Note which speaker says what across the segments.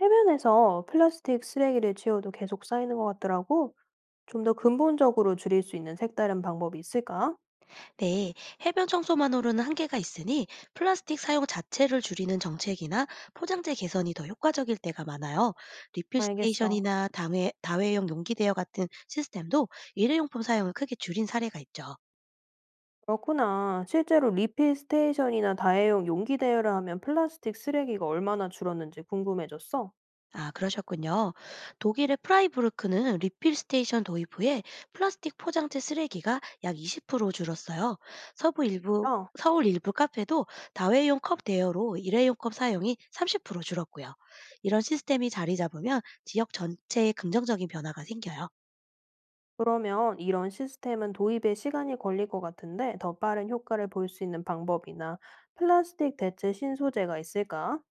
Speaker 1: 해변에서 플라스틱 쓰레기를 치워도 계속 쌓이는 것 같더라고. 좀 더 근본적으로 줄일 수 있는 색다른 방법이 있을까?
Speaker 2: 네, 해변 청소만으로는 한계가 있으니 플라스틱 사용 자체를 줄이는 정책이나 포장재 개선이 더 효과적일 때가 많아요. 리필
Speaker 1: 알겠어.
Speaker 2: 스테이션이나 다회용 용기 대여 같은 시스템도 일회용품 사용을 크게 줄인 사례가 있죠.
Speaker 1: 그렇구나. 실제로 리필 스테이션이나 다회용 용기 대여를 하면 플라스틱 쓰레기가 얼마나 줄었는지 궁금해졌어.
Speaker 2: 아, 그러셨군요. 독일의 프라이부르크는 리필 스테이션 도입 후에 플라스틱 포장재 쓰레기가 약 20% 줄었어요. 서부 일부
Speaker 1: 아,
Speaker 2: 서울 일부 카페도 다회용 컵 대여로 일회용 컵 사용이 30% 줄었고요. 이런 시스템이 자리 잡으면 지역 전체에 긍정적인 변화가 생겨요.
Speaker 1: 그러면 이런 시스템은 도입에 시간이 걸릴 것 같은데 더 빠른 효과를 볼 수 있는 방법이나 플라스틱 대체 신소재가 있을까?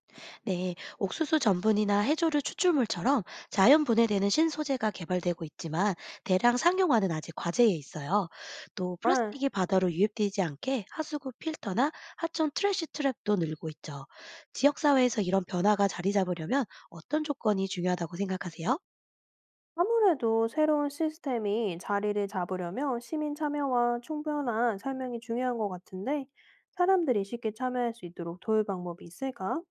Speaker 2: 네, 옥수수 전분이나 해조류 추출물처럼 자연 분해되는 신소재가 개발되고 있지만 대량 상용화는 아직 과제에 있어요. 또
Speaker 1: 아,
Speaker 2: 플라스틱이 바다로 유입되지 않게 하수구 필터나 하천 트래시 트랩도 늘고 있죠. 지역사회에서 이런 변화가 자리 잡으려면 어떤 조건이 중요하다고 생각하세요?
Speaker 1: 아무래도 새로운 시스템이 자리를 잡으려면 시민 참여와 충분한 설명이 중요한 것 같은데, 사람들이 쉽게 참여할 수 있도록 도울 방법이 있을까?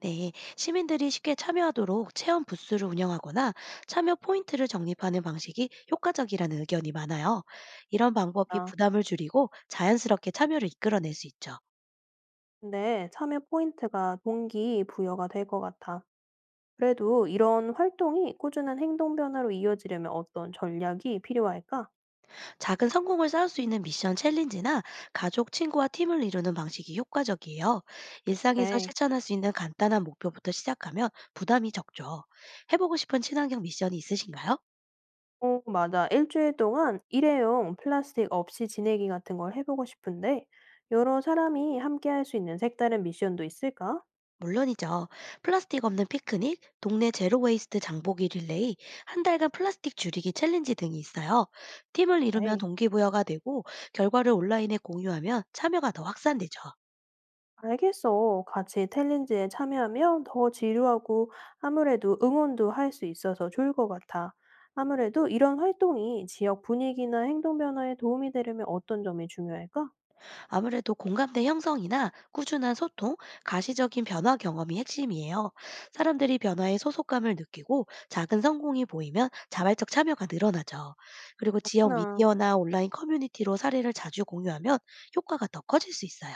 Speaker 2: 네, 시민들이 쉽게 참여하도록 체험 부스를 운영하거나 참여 포인트를 적립하는 방식이 효과적이라는 의견이 많아요. 이런 방법이
Speaker 1: 아,
Speaker 2: 부담을 줄이고 자연스럽게 참여를 이끌어낼 수 있죠.
Speaker 1: 근데 참여 포인트가 동기 부여가 될 것 같아. 그래도 이런 활동이 꾸준한 행동 변화로 이어지려면 어떤 전략이 필요할까?
Speaker 2: 작은 성공을 쌓을 수 있는 미션 챌린지나 가족, 친구와 팀을 이루는 방식이 효과적이에요. 일상에서
Speaker 1: 그래.
Speaker 2: 실천할 수 있는 간단한 목표부터 시작하면 부담이 적죠. 해보고 싶은 친환경 미션이 있으신가요?
Speaker 1: 어, 맞아. 일주일 동안 일회용 플라스틱 없이 지내기 같은 걸 해보고 싶은데, 여러 사람이 함께 할 수 있는 색다른 미션도 있을까?
Speaker 2: 물론이죠. 플라스틱 없는 피크닉, 동네 제로 웨이스트 장보기 릴레이, 한 달간 플라스틱 줄이기 챌린지 등이 있어요. 팀을 이루면
Speaker 1: 네.
Speaker 2: 동기부여가 되고 결과를 온라인에 공유하면 참여가 더 확산되죠.
Speaker 1: 알겠어. 같이 챌린지에 참여하면 더 지루하고 아무래도 응원도 할 수 있어서 좋을 것 같아. 아무래도 이런 활동이 지역 분위기나 행동 변화에 도움이 되려면 어떤 점이 중요할까?
Speaker 2: 아무래도 공감대 형성이나 꾸준한 소통, 가시적인 변화 경험이 핵심이에요. 사람들이 변화에 소속감을 느끼고 작은 성공이 보이면 자발적 참여가 늘어나죠. 그리고 지역
Speaker 1: 그렇구나.
Speaker 2: 미디어나 온라인 커뮤니티로 사례를 자주 공유하면 효과가 더 커질 수 있어요.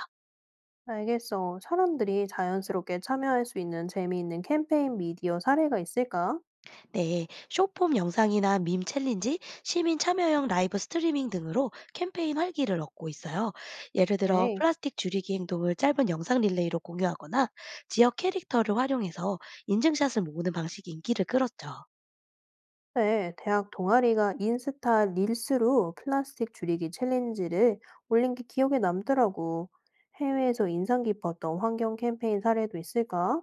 Speaker 1: 알겠어. 사람들이 자연스럽게 참여할 수 있는 재미있는 캠페인 미디어 사례가 있을까?
Speaker 2: 네, 숏폼 영상이나 밈 챌린지, 시민 참여형 라이브 스트리밍 등으로 캠페인 활기를 얻고 있어요. 예를 들어
Speaker 1: 네.
Speaker 2: 플라스틱 줄이기 행동을 짧은 영상 릴레이로 공유하거나 지역 캐릭터를 활용해서 인증샷을 모으는 방식이 인기를 끌었죠.
Speaker 1: 네, 대학 동아리가 인스타 릴스로 플라스틱 줄이기 챌린지를 올린 게 기억에 남더라고. 해외에서 인상 깊었던 환경 캠페인 사례도 있을까?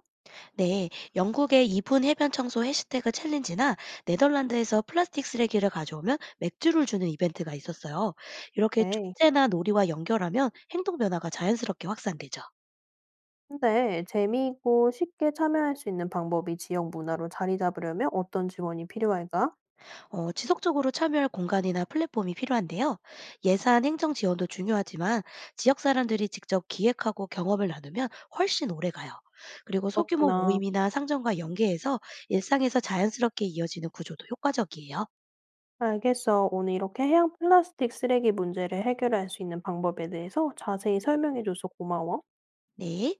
Speaker 2: 네, 영국의 이분 해변 청소 해시태그 챌린지나 네덜란드에서 플라스틱 쓰레기를 가져오면 맥주를 주는 이벤트가 있었어요. 이렇게
Speaker 1: 네.
Speaker 2: 축제나 놀이와 연결하면 행동 변화가 자연스럽게 확산되죠.
Speaker 1: 근데 재미있고 쉽게 참여할 수 있는 방법이 지역 문화로 자리 잡으려면 어떤 지원이 필요할까?
Speaker 2: 지속적으로 참여할 공간이나 플랫폼이 필요한데요. 예산, 행정 지원도 중요하지만 지역 사람들이 직접 기획하고 경험을 나누면 훨씬 오래 가요. 그리고 소규모
Speaker 1: 그렇구나.
Speaker 2: 모임이나 상점과 연계해서 일상에서 자연스럽게 이어지는 구조도 효과적이에요.
Speaker 1: 알겠어. 오늘 이렇게 해양 플라스틱 쓰레기 문제를 해결할 수 있는 방법에 대해서 자세히 설명해줘서 고마워.
Speaker 2: 네.